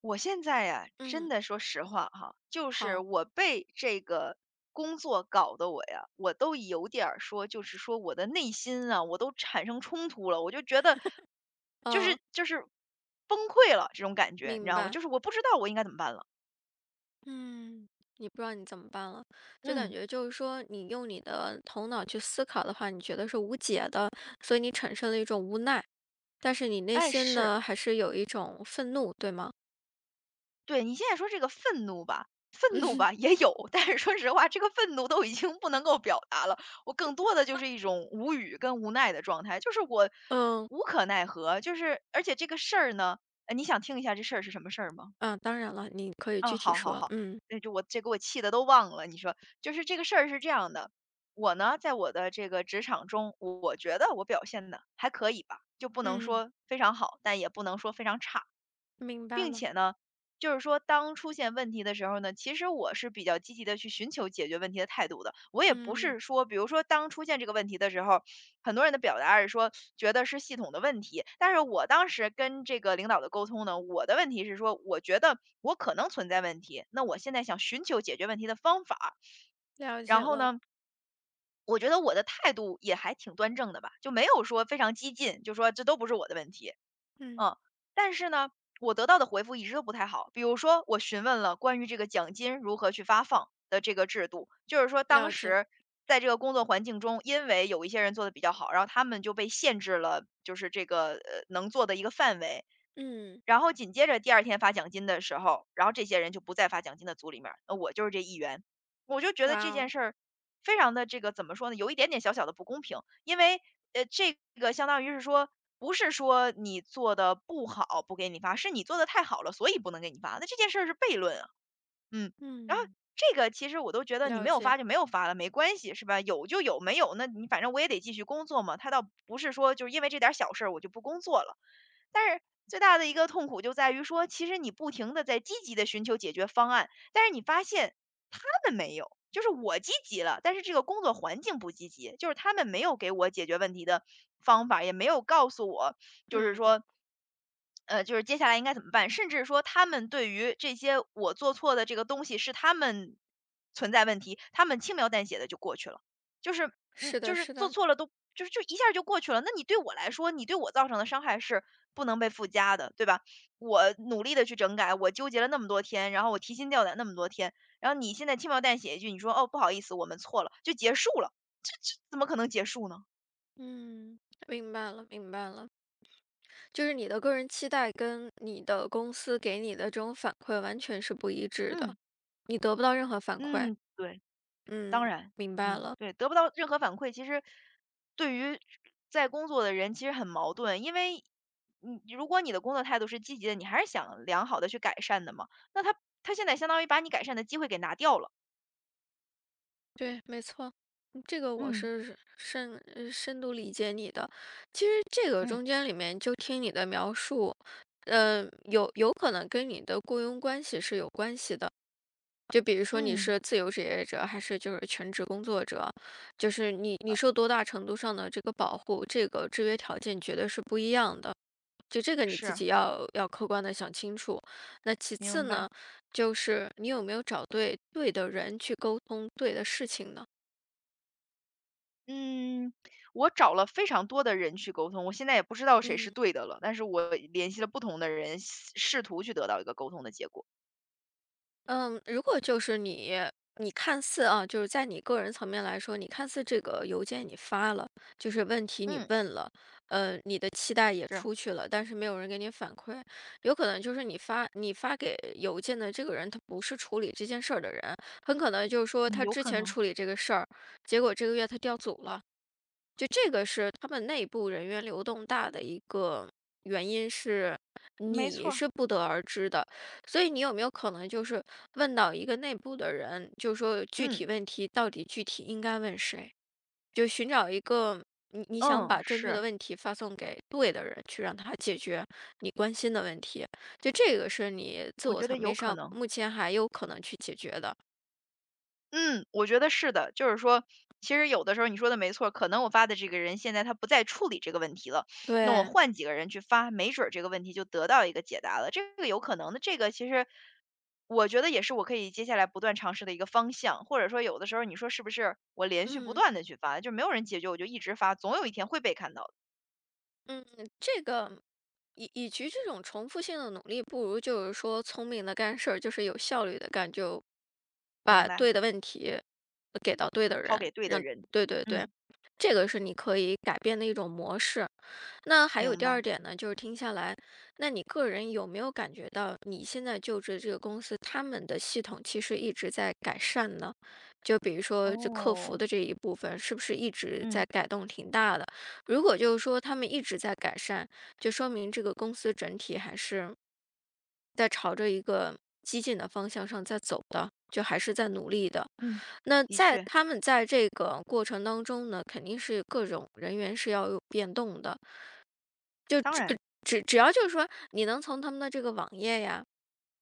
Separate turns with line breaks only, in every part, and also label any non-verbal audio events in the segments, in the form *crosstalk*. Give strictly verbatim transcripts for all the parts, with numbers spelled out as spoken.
我现在呀，真
嗯。
的说实话哈，就是
好。
我被这个工作搞得我呀，我都有点儿说，就是说我的内心啊，我都产生冲突了，我就觉得就
呃，
是就是崩溃了这种感觉，你知
明
道吗？
白。
就是我不知道我应该怎么办了。
嗯，你不知道你怎么办了，就感
嗯，
觉就是说，你用你的头脑去思考的话，你觉得是无解的，所以你产生了一种无奈，但是你内
哎，
心
是。
呢，还是有一种愤怒，对吗？
对，你现在说这个愤怒吧，愤怒吧也有，但是说实话，这个愤怒都已经不能够表达了，我更多的就是一种无语跟无奈的状态，就是我
嗯。
无可奈何，就是而且这个事儿呢，呃，你想听一下这事儿是什么事儿吗？
啊，当然了，你可以
啊，
具体
好好
说。
好，
嗯
那就我这给我气的都忘了，你说就是这个事儿是这样的，我呢在我的这个职场中，我觉得我表现的还可以吧，就不能
嗯，
说非常好，但也不能说非常差。
明白
并
了。
且呢，就是说当出现问题的时候呢，其实我是比较积极的去寻求解决问题的态度的。我也不
嗯，
是说比如说当出现这个问题的时候，很多人的表达是说觉得是系统的问题，但是我当时跟这个领导的沟通呢，我的问题是说，我觉得我可能存在问题，那我现在想寻求解决问题的方法。
了
然
解
后
了。
呢，我觉得我的态度也还挺端正的吧，就没有说非常激进，就说这都不是我的问题。
嗯，
嗯，但是呢，我得到的回复一直都不太好。比如说，我询问了关于这个奖金如何去发放的这个制度，就是说当
了解。
时在这个工作环境中，因为有一些人做的比较好，然后他们就被限制了，就是这个呃能做的一个范围。
嗯。
然后紧接着第二天发奖金的时候，然后这些人就不再发奖金的组里面儿那我就是这一员。我就觉得
哇
这件
哦。
事儿非常的这个怎么说呢，有一点点小小的不公平，因为呃，这个相当于是说，不是说你做的不好不给你发，是你做的太好了，所以不能给你发。那这件事儿是悖论啊，嗯。然后
嗯。
这个其实我都觉得你
了
没有
解。
发就没有发了，没关系是吧？有就有，没有那你反正我也得继续工作嘛。他倒不是说就是因为这点儿小事儿我就不工作了。但是最大的一个痛苦就在于说，其实你不停的在积极的寻求解决方案，但是你发现他们没有，就是我积极了，但是这个工作环境不积极，就是他们没有给我解决问题的方法，也没有告诉我，就是
嗯，
说，呃，就是接下来应该怎么办，甚至说他们对于这些我做错的这个东西是他们存在问题，他们轻描淡写的就过去了。就是，嗯，
是
就
的，
是
是
做
的。
错了都就是就一下就过去了。那你对我来说，你对我造成的伤害是不能被附加的，对吧？我努力的去整改，我纠结了那么多天，然后我提心吊胆那么多天，然后你现在轻描淡写一句，你说："哦，不好意思，我们错了。"就结束了，怎么可能结束呢？
嗯，明白了，明白了。就是你的个人期待跟你的公司给你的这种反馈完全是不一致的，
嗯，
你得不到任何反馈。
嗯，对。
嗯，
当然，
明白
嗯，
了。
对，得不到任何反馈，其实对于在工作的人其实很矛盾，因为你如果你的工作态度是积极的，你还是想良好的去改善的嘛，那他他现在相当于把你改善的机会给拿掉了。
对，没错，嗯，这个我
嗯
是深呃深度理解你的。其实这个
嗯
中间里面就听你的描述，嗯，有有可能跟你的雇佣关系是有关系的。就比如说你
嗯，
是自由职业者还是就是全职工作者，就是你你受多大程度上的这个保护，这个制约条件绝对是不一样的。就这个你自
是，
己要要客观的想清楚。那其
明
次
白。
呢，就是你有没有找对对的人去沟通对的事情呢？
嗯，我找了非常多的人去沟通，我现在也不知道谁是
嗯。
对的了，但是我联系了不同的人，试试图去得到一个沟通的结果。
嗯，如果就是你你看似啊，就是在你个人层面来说，你看似这个邮件你发了，就是问题你
嗯，
问了，呃，你的期待也
是，
出去了，但是没有人给你反馈，有可能就是你发你发给邮件的这个人，他不是处理这件事儿的人，很可能就是说
嗯
他
有
之
可
前
能，
处理这个事儿，结果这个月他调组了。就这个是他们内部人员流动大的一个原因是，
没错
你
儿。
是不得而知的。所以你有没有可能就是问到一个内部的人，就说具
嗯
体问题到底具体应该问谁？就寻找一个你你想
嗯，
把正确的
是。
问题发送给对的人，去让他解决你关心的问题。就这个是你自
我
我
觉得
层
有
面
可
上
能，
目前还有可能去解决的。
嗯，我觉得是的。就是说，其实有的时候你说的没错儿，可能我发的这个人现在他不再处理这个问题了，那我
对，
换几个人去发，没准儿这个问题就得到一个解答了，这个有可能的。这个其实我觉得也是我可以接下来不断尝试的一个方向，或者说有的时候你说是不是我连续不
嗯。
断的去发，就没有人解决，我就一直发，总有一天会被看到的。
嗯，这个以以及这种重复性的努力，不如就是说聪明的干事儿，就是有效率的干，就
明
把
白，
对的问题呃给到对的
抛
人，
给对的
让
人，
对对对，
嗯，
这个是你可以改变的一种模式。那还有
明
第二
白。
点呢，就是听下来，那你个人有没有感觉到你现在就职这个公司，他们的系统其实一直在改善呢？就比如说这客服
哦，
的这一部分，是不是一直在
嗯
改动挺大的？如果就是说他们一直在改善，就说明这个公司整体还是在朝着一个激进的方向上在走的，就还是在努力的。
嗯，
那
的
在
确，
他们在这个过程当中呢，肯定是各种人员是要有变动的。
当然，
只只要就是说，你能从他们的这个网页呀，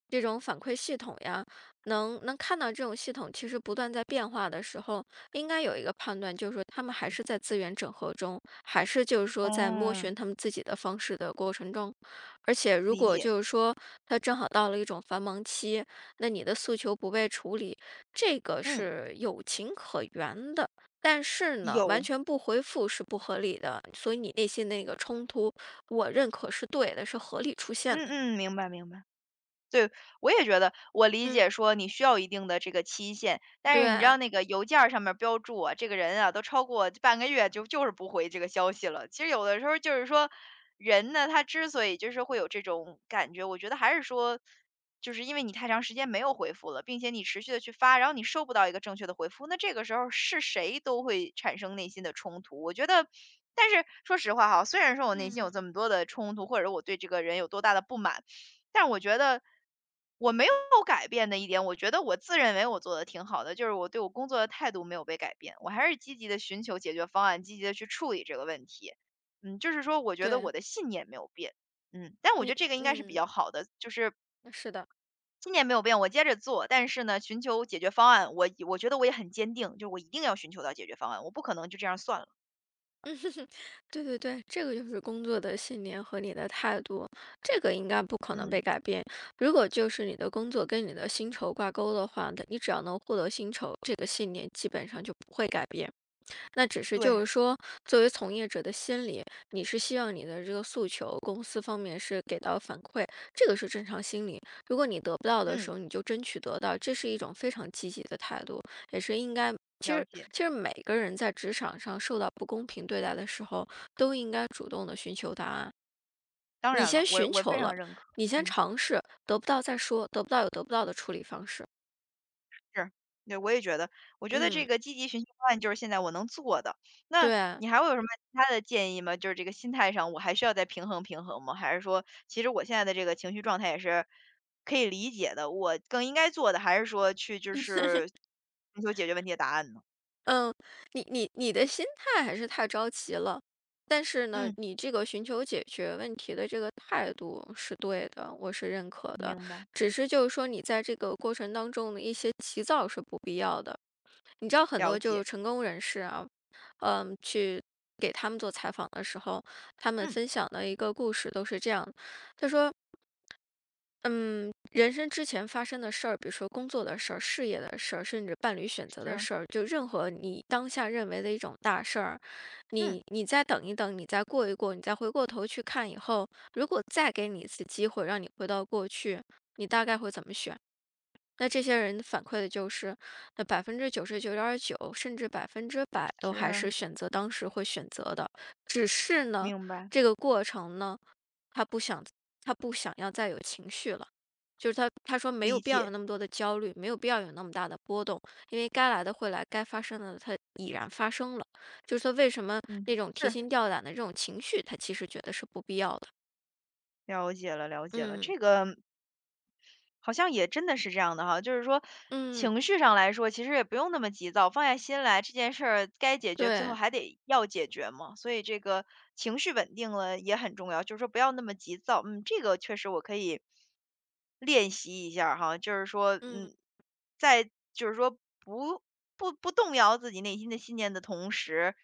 这种反馈系统呀，能能看到这种系统其实不断在变化的时候，应该有一个判断，就是说他们还是在资源整合中，还是就是说在摸
哦，
寻他们自己的方式的过程中。而且如
理
果
解。
就是说他正好到了一种繁忙期，那你的诉求不被处理，这个
嗯，
是有情可原的。但是呢，完
有，
全不回复是不合理的，所以你内心那个冲突，我认可是对的，是合理出现的。
嗯嗯，明白明白。对，我也觉得，我理
嗯，
解说你需要一定的这个期限，但是你知道
对。
那个邮件儿上面儿标注啊，这个人啊都超过半个月就就是不回这个消息了。其实有的时候就是说，人呢他之所以就是会有这种感觉，我觉得还是说，就是因为你太长时间没有回复了，并且你持续的去发，然后你收不到一个正确的回复，那这个时候是谁都会产生内心的冲突。我觉得。但是说实话哈，虽然说我内心有这
嗯。
么多的冲突，或者我对这个人有多大的不满，但我觉得我没有 *laughs* 改变的一点，我觉得我自认为我做的挺好的，就是我对我工作的态度没有被改变，我还是积极的寻求解决方案，积极的去处理这个问题。嗯，就是说我觉得我
对，
的信念没有变，嗯，但我觉得
你
这个应该是比
嗯，
较好的，就是
是的，
信念没有变，我接着做，但是呢，寻求解决方案，我我觉得我也很坚定，就是我一定要寻求到解决方案，我不可能就这样算了。
对对对，这个就是工作的信念和你的态度，这个应该不可能被
嗯，
改变。如果就是你的工作跟你的薪酬挂钩的话，你只要能获得薪酬，这个信念基本上就不会改变。那只是就
对，
是说，作为从业者的心理，你是希望你的这个诉求，公司方面是给到反馈，这个是正常心理。如果你得不到的时
嗯，
候，你就争取得到，这是一种非常积极的态度，也是应该。其
了
实，
解，
其实每个人在职场上受到不公平对待的时候，都应该主动的寻求答案。
当
你
然了，
先
我
寻
我
求
非
了，
常认可，
你先
嗯。
尝试，得不到再说，得不到有得不到的处理方式。
是，对，我也觉得，我觉得这
嗯，
个积极寻求方案就是现在我能做的。那
对。
你还会有什么其他的建议吗？就是这个心态上，我还需要再平衡平衡吗？还是说，其实我现在的这个情绪状态也是可以理解的，我更应该做的还是说去就是寻求解决问题的答案呢？
嗯，你你你的心态还是太着急了，但是呢，
嗯，
你这个寻求解决问题的这个态度是对的，我是认可的。
明白，
只是就是说，你在这个过程当中的一些急躁是不必要的。你知道很
了
多就
解，
是成功人士啊，嗯，去给他们做采访的时候，他们
嗯，
分享的一个故事都是这样的。他说嗯，人生之前发生的事儿，比如说工作的事儿、事业的事儿，甚至伴侣选择的
是，
事儿，就任何你当下认为的一种大事儿，
嗯，
你你再等一等，你再过一过，你再回过头去看以后，如果再给你一次机会，让你回到过去，你大概会怎么选？那这些人反馈的就是，那百分之九十九点九，甚至百分之百都还是
是，
选择当时会选择的，只是呢，
明白，
这个过程呢。他不想他不想要再有情绪了。就是他他说没有
理
必要有
解，
那么多的焦虑，没有必要有那么大的波动，因为该来的会来，该发生的它已然发生了。就是说为什么
嗯，
那种提
是，
心吊胆的这种情绪，他其实觉得是不必要的。
了解了，了解了，
嗯
这个好像也真的是这样的哈，就是说
嗯，
情绪上来说，其实也不用那么急躁，放下心来，这件事儿该解决，最后
对，
还得要解决嘛。所以这个情绪稳定了也很重要，就是说不要那么急躁。嗯，这个确实我可以练习一下儿哈，就是说，
嗯，
嗯，在就是说不不不动摇自己内心的信念的同时。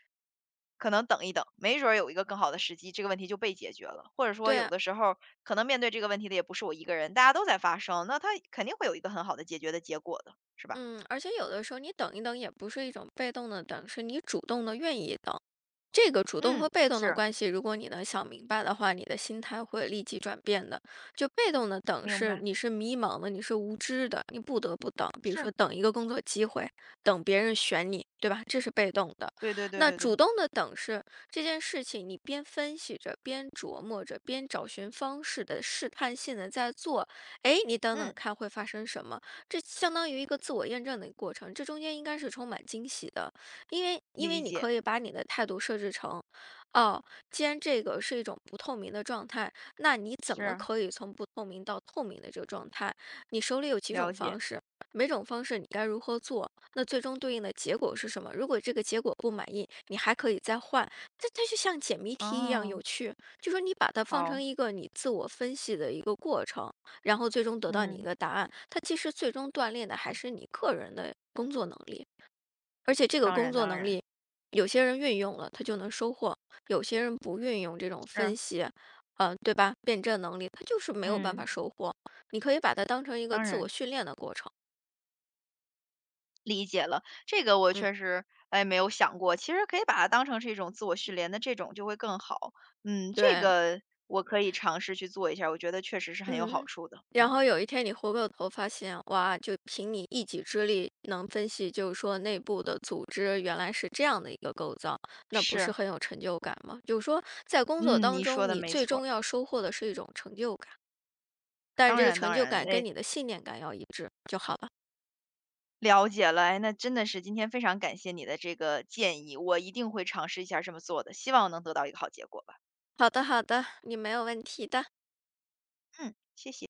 可能等一等，没准儿有一个更好的时机，这个问题就被解决了。或者说，有
对。
的时候可能面对这个问题的也不是我一个人，大家都在发生，那他肯定会有一个很好的解决的结果的，是吧？
嗯，而且有的时候你等一等也不是一种被动的等，是你主动的愿意等。这个主动
嗯，
和被动的
是，
关系，如果你能想明白的话，你的心态会立即转变的。就被动的等
明
是
白，
你是迷茫的，你是无知的，你不得不等。比如说
是，
等一个工作机会，等别人选你，对吧？这是被动的。
对对对
那
对对，
主动的等是这件事情，你边分析着，边琢磨着，边找寻方式的试探性的在做。哎，你等等
嗯，
看会发生什么？这相当于一个自我验证的过程，这中间应该是充满惊喜的。因为因为
理
你
解，
可以把你的态度设置成，哦，既然这个是一种不透明的状态，那你怎么
是，
可以从不透明到透明的这个状态？你手里有几
了
种
解，
方式，每种方式你该如何做？那最终对应的结果是什么？如果这个结果不满意，你还可以再换。这它就像解谜题一样有
哦，
趣，就说你把它放成
好，
一个你自我分析的一个过程，然后最终得到你一
嗯，
个答案。它其实最终锻炼的还是你个人的工作能力。而且这个
当
工
然
作
当
能
然，
力，有些人运用了，他就能收获；有些人不运用这种分
是，
析，呃，对吧？辩证能力，他就是没有办法
嗯，
收获。你可以把它当成一个
当
自我
然。
训练的过程。
理解了，这个我
嗯，
确实，哎，没有想过。其实可以把它当成是一种自我训练的这种就会更好。嗯，这
对，
个我可以尝试去做一下，我觉得确实是很有好
嗯。
处的。
然
嗯，
后有一天你回过头发现，哇，就凭你一己之力能分析，就是说内部的组织原来是这样的一个构造，那不是
是，
很有成就感吗？就是说，在工作
嗯，
当
你说
中，
的
你
没
最
错儿。
终要收获的是一种成就感。但是
当
这个
然，
成
当
就
然，
感
哎，
跟你的信念感要一致就好了。
了解了。哎，那真的是今天非常感谢你的这个建议，我一定会尝试一下这么做的，希望能得到一个好结果吧。
好的，好的，你没有问题的。
嗯，谢谢。